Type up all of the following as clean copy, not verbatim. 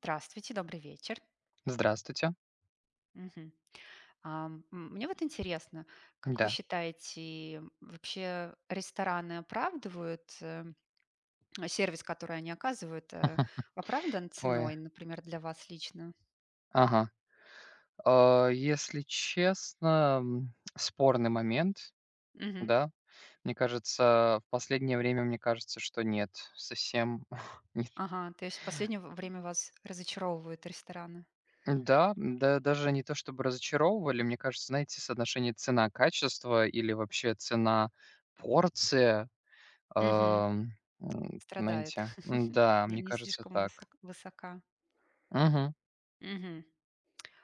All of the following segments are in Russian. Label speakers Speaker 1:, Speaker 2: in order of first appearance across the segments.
Speaker 1: Здравствуйте, добрый вечер.
Speaker 2: Здравствуйте.
Speaker 1: Мгм. Мне вот интересно, как вы
Speaker 2: Да.
Speaker 1: считаете, вообще рестораны а сервис, который они оказывают, оправдан
Speaker 2: Ой.
Speaker 1: ценой, например, для вас лично?
Speaker 2: Ага. А, если честно, м, Спорный момент,
Speaker 1: Мгм.
Speaker 2: да. Мне кажется, в последнее время, мне кажется, что нет, совсем нет.
Speaker 1: Ага, то есть в последнее в время вас разочаровывают рестораны?
Speaker 2: Да, даже не то чтобы разочаровывали. Мне кажется, знаете, соотношение цена-качество или вообще цена-порция,
Speaker 1: Мгм.
Speaker 2: ам,
Speaker 1: Страдает.
Speaker 2: знаете, м-да,
Speaker 1: Не
Speaker 2: мне
Speaker 1: не
Speaker 2: кажется,
Speaker 1: слишком
Speaker 2: так.
Speaker 1: высока.
Speaker 2: Мгм.
Speaker 1: Мгм.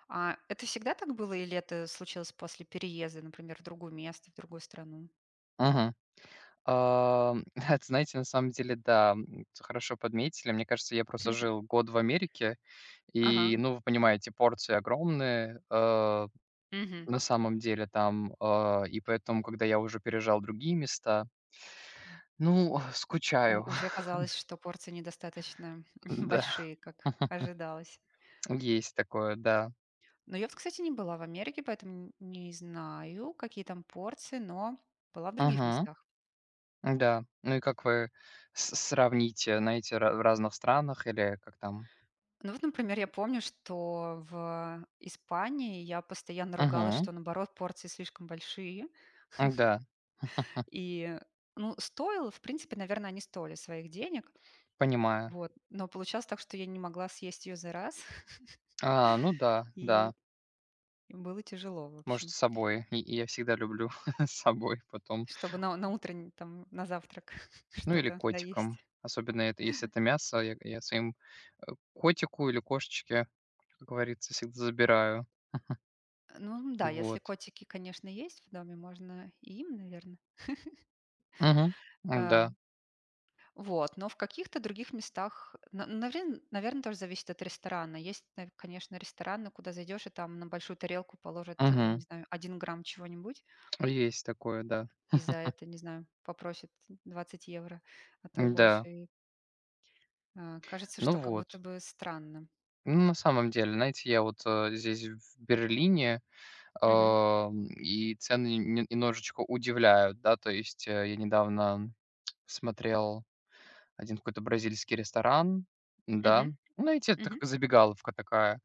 Speaker 1: А это всегда так было или это случилось после переезда, например, в другое место, в другую страну?
Speaker 2: Мгм. Ам, это, знаете, на самом деле, да, хорошо подметили. Мне кажется, я просто жил год в Америке,
Speaker 1: Ага.
Speaker 2: и, ну, вы понимаете, порции огромные,
Speaker 1: Мгм.
Speaker 2: на самом деле там, и поэтому, когда я уже пережал другие места, ну,
Speaker 1: У
Speaker 2: скучаю,
Speaker 1: уже оказалось, что порции недостаточно
Speaker 2: да,
Speaker 1: большие, как ожидалось.
Speaker 2: есть такое, да.
Speaker 1: Но я вот, кстати, не была в Америке, поэтому не знаю, какие там порции, но была в других
Speaker 2: Мгм.
Speaker 1: местах.
Speaker 2: Да. Ну и как вы с сравните, знаете, ра в разных странах или как там?
Speaker 1: Ну вот, например, я помню, что в Испании я постоянно ругалась,
Speaker 2: Мгм.
Speaker 1: что, наоборот, порции слишком большие.
Speaker 2: Да.
Speaker 1: И, ну, стоило, в принципе, наверное, они стоили своих денег,
Speaker 2: Понимаю.
Speaker 1: вот, но получалось так, что я не могла съесть ее за раз,
Speaker 2: А, ну да,
Speaker 1: и
Speaker 2: да.
Speaker 1: было тяжело, в
Speaker 2: Может,
Speaker 1: общем.
Speaker 2: с собой. И я всегда люблю с собой потом.
Speaker 1: Чтобы на утренний, там, на завтрак
Speaker 2: Ну, или
Speaker 1: что-то
Speaker 2: котиком.
Speaker 1: доесть.
Speaker 2: Особенно это если это мясо, я своим, котику или кошечке, как говорится, всегда забираю.
Speaker 1: Ну да, если
Speaker 2: Вот.
Speaker 1: котики, конечно, есть в доме, можно и им, наверное,
Speaker 2: Мгм. Да.
Speaker 1: вот, но в каких-то других местах, на навре тоже зависит от ресторана. Есть, нав конечно, рестораны, куда зайдешь, и там на большую тарелку положат, не
Speaker 2: Мгм.
Speaker 1: знаю, один грамм чего-нибудь,
Speaker 2: Есть такое, да.
Speaker 1: и за это, не знаю, попросят 20 евро, а то и
Speaker 2: Да.
Speaker 1: больше. И, кажется,
Speaker 2: Ну
Speaker 1: что как будто
Speaker 2: вот.
Speaker 1: бы странно.
Speaker 2: Ну, на самом деле, знаете, я вот, здесь, в Берлине,
Speaker 1: Мгм.
Speaker 2: и цены не немножечко удивляют, да. То есть, я недавно смотрел один какой-то бразильский ресторан, да.
Speaker 1: Мгм.
Speaker 2: Ну, знаете, это
Speaker 1: Мгм.
Speaker 2: как забегаловка такая,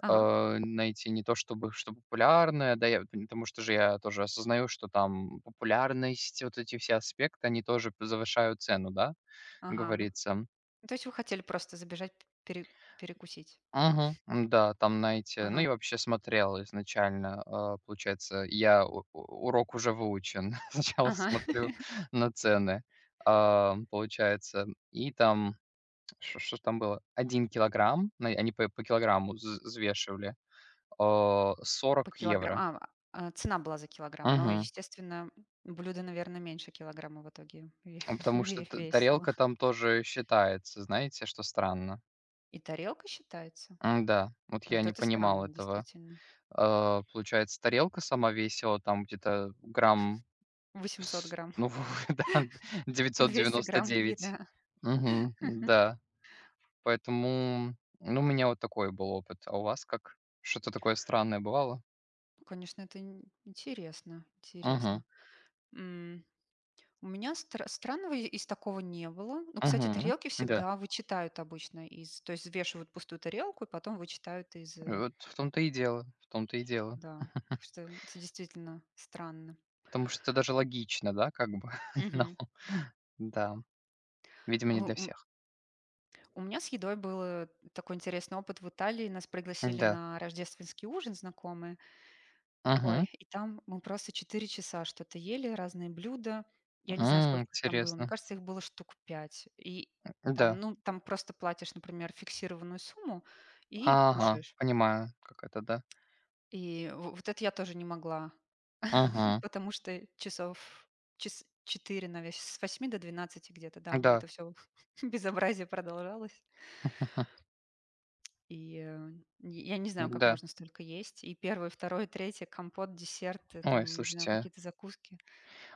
Speaker 1: Ага.
Speaker 2: знаете, не то чтобы что популярная, да, я вот потому что же я тоже осознаю, что там популярность, вот эти все аспекты, они тоже п завышают цену, да, как
Speaker 1: Ага. Ну
Speaker 2: говорится.
Speaker 1: Ну, то есть вы хотели просто забежать пере перекусить?
Speaker 2: Мгм. Да, там, знаете, ну,
Speaker 1: Ага,
Speaker 2: я вообще смотрел изначально, получается, я у урок уже выучен. Сначала
Speaker 1: ага.
Speaker 2: смотрю на цены, а, получается, и там что ж там было? Один килограмм, на они по килограмму вз взвешивали, а,
Speaker 1: По
Speaker 2: 40
Speaker 1: килограмм
Speaker 2: евро.
Speaker 1: а, Цена была за килограмм, но,
Speaker 2: Мгм.
Speaker 1: естественно, блюдо, наверное, меньше килограмма в итоге ве
Speaker 2: А потому что
Speaker 1: ве
Speaker 2: т
Speaker 1: весило.
Speaker 2: тарелка там тоже считается, знаете, что странно.
Speaker 1: И тарелка считается?
Speaker 2: М-да, вот
Speaker 1: Ну,
Speaker 2: я
Speaker 1: вот
Speaker 2: не
Speaker 1: это
Speaker 2: понимал
Speaker 1: странно,
Speaker 2: этого.
Speaker 1: действительно.
Speaker 2: А, получается, тарелка сама весила там где-то грамм
Speaker 1: 800
Speaker 2: с
Speaker 1: грамм
Speaker 2: ну да,
Speaker 1: и 200 грамм
Speaker 2: 999.
Speaker 1: еда.
Speaker 2: Мгм, да. Поэтому, ну, у меня вот такой был опыт. А у вас как? Что-то такое странное бывало?
Speaker 1: Конечно, это ин интересно,
Speaker 2: Мгм,
Speaker 1: интересно. М, у меня странного из такого не было. Ну, кстати,
Speaker 2: мгм,
Speaker 1: тарелки
Speaker 2: да.
Speaker 1: всегда вычитают обычно, из то есть взвешивают пустую тарелку и потом вычитают из, э
Speaker 2: Вот в том-то и дело, в том-то и дело.
Speaker 1: Да, так что это действительно странно.
Speaker 2: Потому что это даже логично, да, как бы. Но,
Speaker 1: Мгм.
Speaker 2: да, видимо,
Speaker 1: У
Speaker 2: не для
Speaker 1: у
Speaker 2: всех.
Speaker 1: у меня с едой был такой интересный опыт в Италии. Нас пригласили
Speaker 2: Да.
Speaker 1: на рождественский ужин знакомые.
Speaker 2: Мгм.
Speaker 1: Ой, и там мы просто 4 часа что-то ели, разные блюда. Я не знаю, сколько их там было. Мне
Speaker 2: Интересно.
Speaker 1: кажется, их было штук 5. И там,
Speaker 2: Да.
Speaker 1: ну, там просто платишь, например, фиксированную сумму и
Speaker 2: Ага,
Speaker 1: кушаешь.
Speaker 2: понимаю, как это, да.
Speaker 1: И в вот это я тоже не могла.
Speaker 2: Мгм.
Speaker 1: Потому что час 4, наве с 8 до 12 где-то, да,
Speaker 2: Да.
Speaker 1: это все безобразие продолжалось. И, я не знаю, как
Speaker 2: Да.
Speaker 1: можно столько есть. И первый второй третий компот, десерты,
Speaker 2: Ой,
Speaker 1: там, не знаю,
Speaker 2: слушайте.
Speaker 1: какие-то закуски.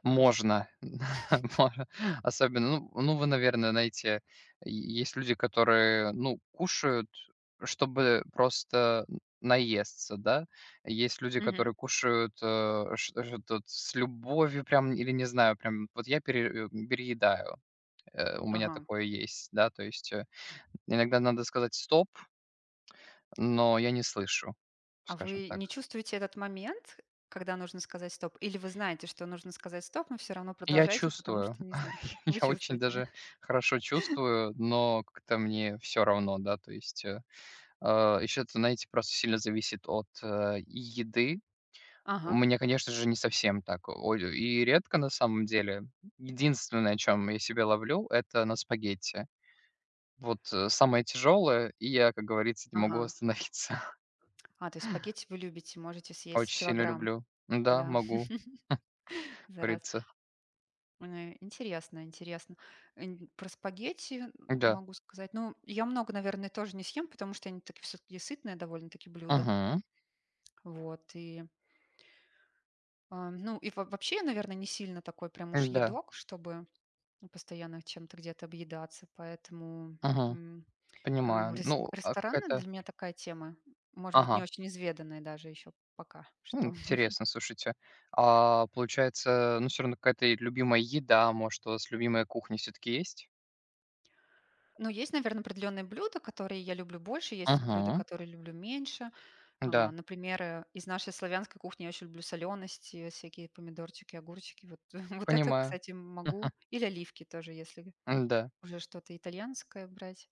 Speaker 1: Ужас.
Speaker 2: Можно, можно. Особенно, ну, вы, наверное, знаете, е есть люди, которые, ну, кушают, чтобы просто наесться, да. Есть люди,
Speaker 1: Мгм.
Speaker 2: которые кушают, э, ш этот, с любовью прям или не знаю, прям вот я переедаю. У меня
Speaker 1: Ага.
Speaker 2: такое есть, да. То есть, иногда надо сказать "стоп", но я не слышу,
Speaker 1: А
Speaker 2: скажем
Speaker 1: вы
Speaker 2: так.
Speaker 1: не чувствуете этот момент, когда нужно сказать "стоп"? Или вы знаете, что нужно сказать "стоп", но все равно
Speaker 2: Я
Speaker 1: продолжаете, потому
Speaker 2: чувствую.
Speaker 1: что, не знаю, вы
Speaker 2: Я очень
Speaker 1: чувствуете, да?
Speaker 2: даже хорошо чувствую, но как-то мне все равно, да, то есть, еще это, знаете, просто сильно зависит от, и еды. У
Speaker 1: Ага,
Speaker 2: меня, конечно же, не совсем так, ой, и редко на самом деле. Единственное, о чем я себя ловлю — это на спагетти. Вот, самое тяжелое, и я, как говорится, не
Speaker 1: ага.
Speaker 2: могу остановиться.
Speaker 1: А, то есть спагетти вы любите, можете съесть
Speaker 2: Очень сильно
Speaker 1: килограмм,
Speaker 2: люблю. Да,
Speaker 1: да,
Speaker 2: могу, как
Speaker 1: за раз.
Speaker 2: говорится.
Speaker 1: Интересно, интересно. Про спагетти
Speaker 2: Да.
Speaker 1: могу сказать. Ну, я много, наверное, тоже не съем, потому что они такие все-таки сытные довольно-таки блюда.
Speaker 2: Мгм.
Speaker 1: Вот. И, ну, и вообще я, наверное, не сильно такой прям уж
Speaker 2: Да.
Speaker 1: едок, чтобы постоянно чем-то где-то объедаться. Поэтому
Speaker 2: Мгм.
Speaker 1: м,
Speaker 2: Понимаю. Ну, а
Speaker 1: рестораны
Speaker 2: какая-то.
Speaker 1: для меня такая тема. Может быть, не
Speaker 2: Ага.
Speaker 1: очень изведанная даже еще пока
Speaker 2: М,
Speaker 1: что.
Speaker 2: интересно, слушайте. А получается, ну, все равно какая-то любимая еда, может, у вас любимая кухня все-таки есть?
Speaker 1: Но есть, наверное, определенные блюда, которые я люблю больше, есть блюда,
Speaker 2: Мгм.
Speaker 1: которые люблю меньше. А,
Speaker 2: Да,
Speaker 1: например, из нашей славянской кухни я очень люблю солености, всякие помидорчики, огурчики. Вот, вот это,
Speaker 2: понимаю.
Speaker 1: кстати, могу. Или оливки тоже, если
Speaker 2: М, да.
Speaker 1: уже что-то итальянское брать.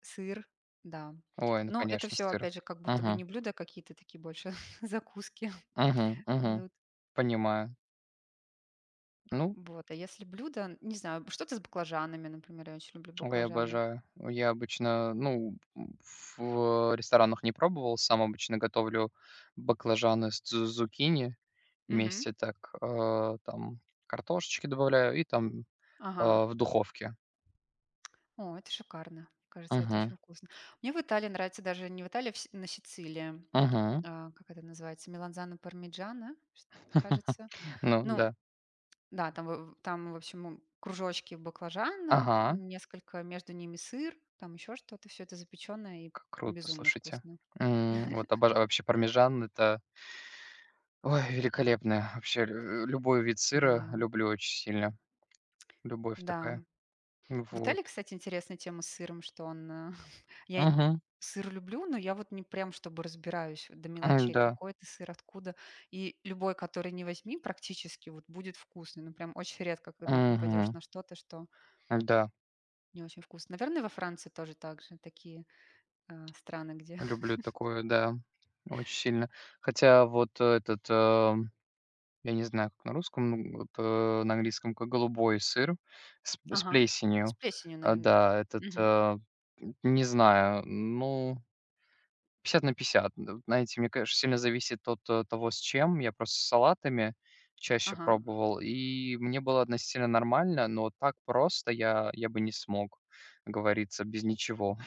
Speaker 1: Сыр, да.
Speaker 2: Ой, ну,
Speaker 1: Но это
Speaker 2: конечно,
Speaker 1: все,
Speaker 2: сыр.
Speaker 1: опять же, как будто бы
Speaker 2: Мгм.
Speaker 1: не блюда, а какие-то такие больше закуски
Speaker 2: Мгм. Мгм.
Speaker 1: идут.
Speaker 2: Понимаю. Ну,
Speaker 1: Вот. А если блюдо, не знаю, что-то с баклажанами, например, я очень люблю
Speaker 2: ой, я
Speaker 1: баклажаны.
Speaker 2: обожаю. Я обычно, ну, в ресторанах не пробовал, сам обычно готовлю баклажаны с зукини
Speaker 1: Мгм.
Speaker 2: вместе, так, там, картошечки добавляю и там
Speaker 1: Ага.
Speaker 2: в духовке.
Speaker 1: О, это шикарно. Кажется, это
Speaker 2: Мгм.
Speaker 1: очень вкусно. Мне в Италии нравится даже не в Италии, а на Сицилии.
Speaker 2: Мгм.
Speaker 1: Как это называется, меланзана-пармиджана, чт кажется.
Speaker 2: Ну
Speaker 1: Ну
Speaker 2: да.
Speaker 1: да, там в общем, кружочки баклажана,
Speaker 2: Ага,
Speaker 1: несколько, между ними сыр, там еще что-то. Все это запечённое и
Speaker 2: как круто,
Speaker 1: безумно
Speaker 2: слушайте.
Speaker 1: вкусно.
Speaker 2: М, вот обожаю вообще пармезан — это, ой, великолепно. Вообще лю любой вид сыра
Speaker 1: Да,
Speaker 2: люблю очень сильно. Любовь
Speaker 1: да.
Speaker 2: такая.
Speaker 1: В
Speaker 2: Вот.
Speaker 1: Италии, кстати, интересная тема с сыром, что он. Я
Speaker 2: Мгм.
Speaker 1: сыр люблю, но я вот не прям чтобы разбираюсь до мелочей,
Speaker 2: Да.
Speaker 1: какой это сыр, откуда. И любой, который не возьми, практически вот будет вкусный. Ну, прям очень редко, когда попадешь
Speaker 2: Мгм.
Speaker 1: на что-то, что
Speaker 2: Да,
Speaker 1: не очень вкусно. Наверное, во Франции тоже так же, такие, страны, где
Speaker 2: люблю такое, да, очень сильно. Хотя вот я не знаю, как на русском, ну вот, на английском как голубой сыр с
Speaker 1: Ага. С
Speaker 2: плесенью.
Speaker 1: плесенью,
Speaker 2: А,
Speaker 1: наверное.
Speaker 2: да, не знаю, ну, пятьдесят на пятьдесят. Н Знаете, мне, конечно, сильно зависит от, того, с чем. Я просто с салатами чаще
Speaker 1: Ага.
Speaker 2: пробовал, и мне было относительно нормально, но так просто я бы не смог, как говорится, без ничего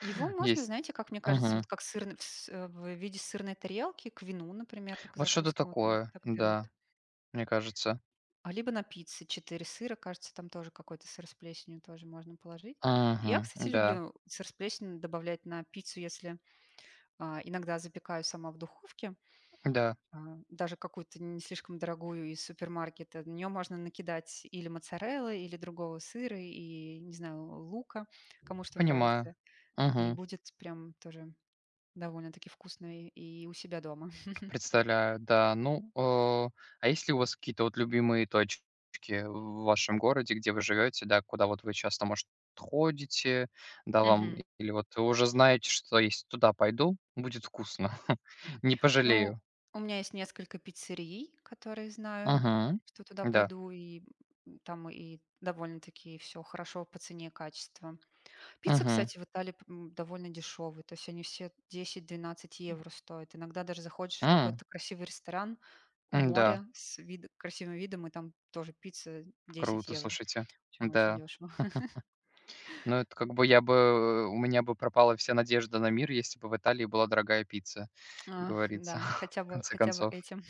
Speaker 1: Его можно,
Speaker 2: есть.
Speaker 1: знаете, как мне кажется,
Speaker 2: Мгм.
Speaker 1: вот как сырный в виде сырной тарелки к вину, например, к
Speaker 2: Вот что-то
Speaker 1: закускам вот и
Speaker 2: такое,
Speaker 1: так берут.
Speaker 2: да, мне кажется.
Speaker 1: А либо на пицце 4 сыра, кажется, там тоже какой-то сыр с плесенью тоже можно положить. Я,
Speaker 2: Мгм.
Speaker 1: кстати,
Speaker 2: Да,
Speaker 1: люблю сыр с плесенью добавлять на пиццу, если, иногда запекаю сама в духовке.
Speaker 2: да,
Speaker 1: Даже какую-то не слишком дорогую из супермаркета. На нее можно накидать или моцареллы, или другого сыра, и, не знаю, лука, кому что
Speaker 2: понимаю.
Speaker 1: нравится. И
Speaker 2: Мгм.
Speaker 1: будет прям тоже довольно-таки вкусно и у себя дома.
Speaker 2: Представляю, да. Ну, а есть ли у вас какие-то вот любимые точки в вашем городе, где вы живете, да, куда вот вы часто, может, ходите, да, вам
Speaker 1: Мгм.
Speaker 2: или вот вы уже знаете, что если туда пойду, будет вкусно, не
Speaker 1: Ну,
Speaker 2: пожалею?
Speaker 1: у меня есть несколько пиццерий, которые знаю,
Speaker 2: Мгм.
Speaker 1: что туда
Speaker 2: Да.
Speaker 1: пойду, и там и довольно-таки все хорошо по цене и качеству. Пицца,
Speaker 2: Мгм.
Speaker 1: кстати, в Италии, довольно дешевая, то есть они все 10-12 евро стоят. Иногда даже заходишь в какой-то красивый ресторан у
Speaker 2: Да,
Speaker 1: моря с красивым видом, и там тоже пицца 10
Speaker 2: круто,
Speaker 1: евро.
Speaker 2: слушайте.
Speaker 1: В общем, очень
Speaker 2: Да.
Speaker 1: дешево.
Speaker 2: Ну, это как бы я бы, у меня бы пропала вся надежда на мир, если бы в Италии была дорогая пицца, как
Speaker 1: А,
Speaker 2: говорится,
Speaker 1: да,
Speaker 2: в конце
Speaker 1: хотя бы
Speaker 2: концов.
Speaker 1: этим.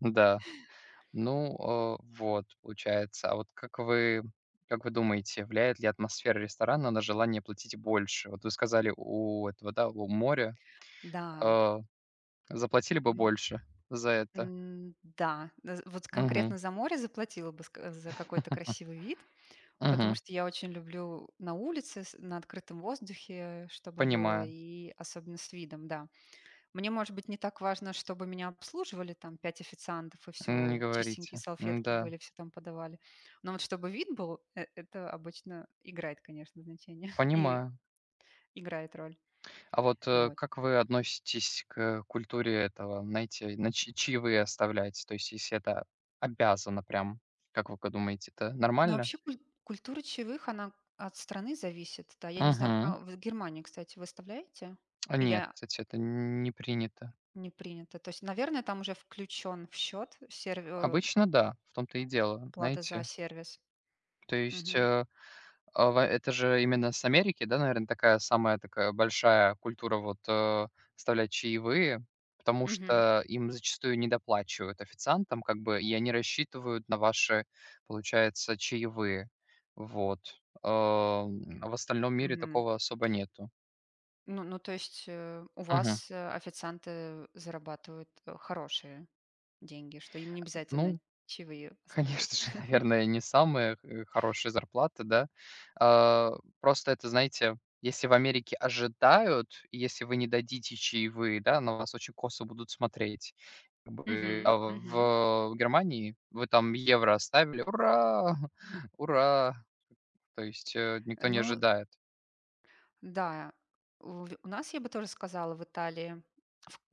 Speaker 2: Да. Ну, вот, получается. А вот как вы думаете, влияет ли атмосфера ресторана на желание платить больше? Вот вы сказали, у этого, да, у моря,
Speaker 1: Да.
Speaker 2: э, заплатили бы
Speaker 1: м,
Speaker 2: больше за это.
Speaker 1: Да, вот
Speaker 2: Мгм,
Speaker 1: конкретно за море заплатила бы за какой-то красивый вид, потому
Speaker 2: мгм.
Speaker 1: что я очень люблю на улице, на открытом воздухе, чтобы было,
Speaker 2: Понимаю.
Speaker 1: и особенно с видом, да. Мне, может быть, не так важно, чтобы меня обслуживали там 5 официантов и
Speaker 2: М, не
Speaker 1: все чистенькие
Speaker 2: говорите.
Speaker 1: салфетки
Speaker 2: М-да,
Speaker 1: были, все там подавали. Но вот чтобы вид был, это обычно играет, конечно, значение и
Speaker 2: понимаю.
Speaker 1: играет роль.
Speaker 2: А вот,
Speaker 1: Вот.
Speaker 2: как вы относитесь к культуре этого, знаете, на чьи чаевые оставлять? То есть если это обязано прям, как вы думаете, это
Speaker 1: Но
Speaker 2: нормально?
Speaker 1: вообще культура чаевых, она от страны зависит. Да, я не знаю,
Speaker 2: Мгм.
Speaker 1: а в Германии, кстати, выставляете?
Speaker 2: А нет,
Speaker 1: Или
Speaker 2: кстати, это не принято.
Speaker 1: не принято? То есть, наверное, там уже включен в счет
Speaker 2: Обычно да, в том-то и дело,
Speaker 1: плата за
Speaker 2: знаете.
Speaker 1: сервис.
Speaker 2: То есть,
Speaker 1: Угу.
Speaker 2: э, а, ва это же именно с Америки, да, наверное, такая самая такая большая культура вот, оставлять чаевые, потому
Speaker 1: Угу.
Speaker 2: что им зачастую недоплачивают официантам, как бы, и они рассчитывают на ваши, получается, чаевые. Вот. А в остальном мире
Speaker 1: Мгм.
Speaker 2: такого особо нету.
Speaker 1: Ну, то есть, у
Speaker 2: Мгм.
Speaker 1: вас, официанты зарабатывают, хорошие деньги, что им не обязательно
Speaker 2: Ну,
Speaker 1: чаевые оставлять.
Speaker 2: конечно же, наверное, не самая, хорошая зарплата, да. А, просто это, знаете, если в Америке ожидают, и если вы не дадите чаевые, да, на вас очень косо будут смотреть. Как бы,
Speaker 1: Мгм,
Speaker 2: а
Speaker 1: мгм.
Speaker 2: в Германии вы там евро оставили, ура, ура! То есть, никто не
Speaker 1: Ну
Speaker 2: ожидает.
Speaker 1: да, у нас, я бы тоже сказала, в Италии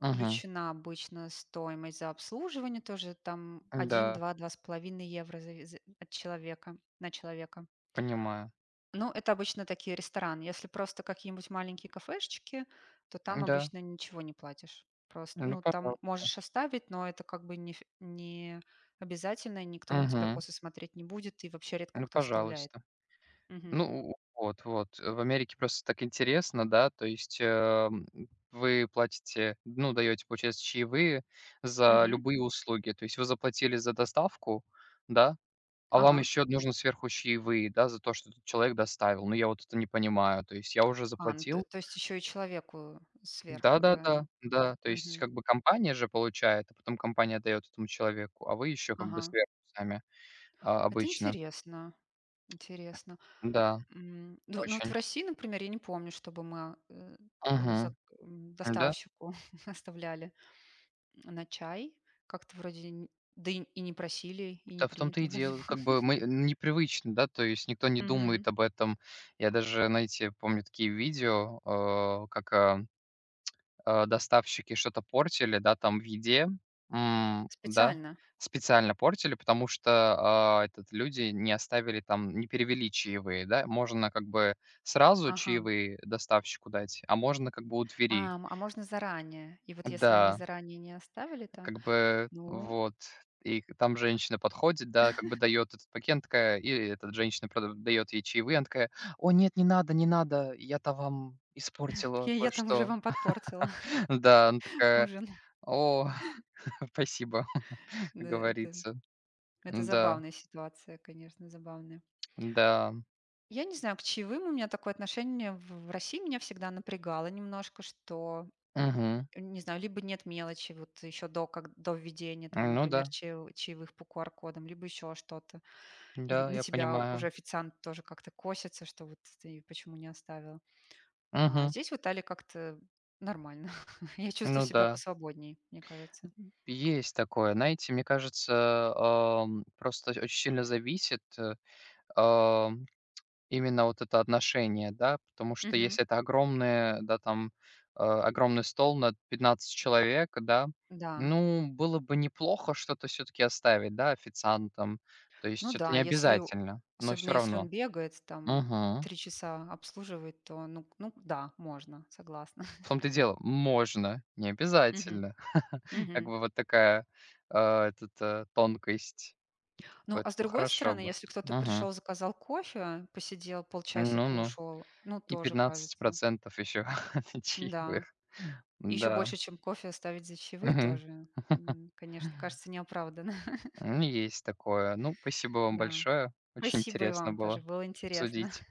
Speaker 2: Мгм.
Speaker 1: обычно стоимость за обслуживание, тоже там один,
Speaker 2: Да,
Speaker 1: два, два с половиной евро завис от человека на человека.
Speaker 2: понимаю.
Speaker 1: Ну, это обычно такие рестораны. Если просто какие-нибудь маленькие кафешечки, то там
Speaker 2: Да,
Speaker 1: обычно ничего не платишь. Просто,
Speaker 2: ну,
Speaker 1: ну, там
Speaker 2: пожалуйста.
Speaker 1: можешь оставить, но это как бы не, не обязательно, и никто на тебя
Speaker 2: Мгм.
Speaker 1: косо смотреть не будет, и вообще редко
Speaker 2: Ну,
Speaker 1: кто оставляет.
Speaker 2: пожалуйста.
Speaker 1: Мгм.
Speaker 2: Ну, вот, вот. В Америке просто так интересно, да, то есть, вы платите, ну, даете, получается, чаевые за
Speaker 1: Мгм.
Speaker 2: любые услуги. То есть вы заплатили за доставку, да, а вам
Speaker 1: Ага.
Speaker 2: еще нужно сверху чаевые, да, за то, что этот человек доставил. Ну, я вот это не понимаю. То есть я уже
Speaker 1: А, ну, то,
Speaker 2: заплатил.
Speaker 1: то есть еще и человеку сверх.
Speaker 2: Да-да-да, да, да, да. То есть
Speaker 1: Мгм.
Speaker 2: как бы компания же получает, а потом компания дает этому человеку, а вы еще как бы
Speaker 1: Ага.
Speaker 2: сверху сами, а,
Speaker 1: Это
Speaker 2: обычно.
Speaker 1: интересно. Интересно.
Speaker 2: Да,
Speaker 1: Ну, вот в
Speaker 2: очень.
Speaker 1: России, например, я не помню, чтобы мы э, за-
Speaker 2: Угу. Да.
Speaker 1: доставщику оставляли. На чай? Как-то вроде н да и не просили, и не
Speaker 2: Да, в том-то
Speaker 1: принято
Speaker 2: и
Speaker 1: вроде
Speaker 2: дело.
Speaker 1: бы.
Speaker 2: Как бы мы непривычно, да, то есть никто не
Speaker 1: Мгм.
Speaker 2: думает об этом. Я даже, знаете, помню такие видео, э, как, а, доставщики что-то портили, да, там в еде, да,
Speaker 1: Специально?
Speaker 2: специально портили, потому что, люди не оставили там, не перевели чаевые, да. Можно как бы сразу
Speaker 1: Ага.
Speaker 2: чаевые доставщику дать, а можно как бы у двери.
Speaker 1: А, можно заранее? И вот если они
Speaker 2: Да.
Speaker 1: заранее не оставили, то,
Speaker 2: Как бы
Speaker 1: ну,
Speaker 2: вот. И к там женщина подходит, да, как бы дает этот пакет, такая, и этот женщина прода дает ей чаевые, она такая: "О, нет, не надо, не надо, я-то вам испортила
Speaker 1: я там уже
Speaker 2: кое-что".
Speaker 1: вам подпортила
Speaker 2: Да, она такая:
Speaker 1: ужин.
Speaker 2: "О, спасибо", как
Speaker 1: Да, это
Speaker 2: говорится. Да,
Speaker 1: забавная ситуация, конечно, забавная.
Speaker 2: да,
Speaker 1: Я не знаю, к чаевым у меня такое отношение в России меня всегда напрягало немножко, что,
Speaker 2: мгм.
Speaker 1: не знаю, либо нет мелочи вот еще до как до введения там,
Speaker 2: Ну
Speaker 1: например,
Speaker 2: да,
Speaker 1: чаевых по QR-кодам, либо еще что-то. И
Speaker 2: да,
Speaker 1: на
Speaker 2: я
Speaker 1: тебя уже
Speaker 2: понимаю.
Speaker 1: официант тоже как-то косится, что вот ты почему не оставил. А
Speaker 2: Мгм.
Speaker 1: здесь в Италии как-то нормально. Я чувствую
Speaker 2: Ну
Speaker 1: себя
Speaker 2: да.
Speaker 1: посвободнее, мне кажется.
Speaker 2: Есть такое. Знаете, мне кажется, просто очень сильно зависит, именно вот это отношение, да? Потому что
Speaker 1: Мгм.
Speaker 2: если это огромное, да, там, огромный стол на 15 человек, да,
Speaker 1: Да.
Speaker 2: ну, было бы неплохо что-то все таки оставить, да, официантам. То
Speaker 1: Ну
Speaker 2: есть это
Speaker 1: да,
Speaker 2: не
Speaker 1: если,
Speaker 2: обязательно, но
Speaker 1: особенно
Speaker 2: все
Speaker 1: если он
Speaker 2: равно.
Speaker 1: бегает, там
Speaker 2: Мгм.
Speaker 1: 3 часа обслуживает, то ну да, можно, согласна.
Speaker 2: В том-то и дело, можно, не
Speaker 1: Мгм.
Speaker 2: обязательно. Как
Speaker 1: Мгм.
Speaker 2: бы вот такая, э, тонкость. Как
Speaker 1: Ну,
Speaker 2: бы это
Speaker 1: а с
Speaker 2: было
Speaker 1: другой
Speaker 2: хорошо
Speaker 1: стороны,
Speaker 2: бы.
Speaker 1: если кто-то
Speaker 2: Мгм.
Speaker 1: пришел, заказал кофе, посидел
Speaker 2: Ну
Speaker 1: полчасика,
Speaker 2: ну.
Speaker 1: ушел, ну,
Speaker 2: И
Speaker 1: тоже
Speaker 2: пятнадцать
Speaker 1: кажется.
Speaker 2: процентов еще
Speaker 1: Да.
Speaker 2: чаевых.
Speaker 1: Еще
Speaker 2: Да.
Speaker 1: больше, чем кофе оставить за чаевые
Speaker 2: Мгм.
Speaker 1: тоже, конечно, кажется неоправданно.
Speaker 2: М, есть такое. Ну, спасибо вам
Speaker 1: Да.
Speaker 2: большое. Очень
Speaker 1: Спасибо и
Speaker 2: интересно
Speaker 1: вам тоже,
Speaker 2: было
Speaker 1: было интересно.
Speaker 2: обсудить.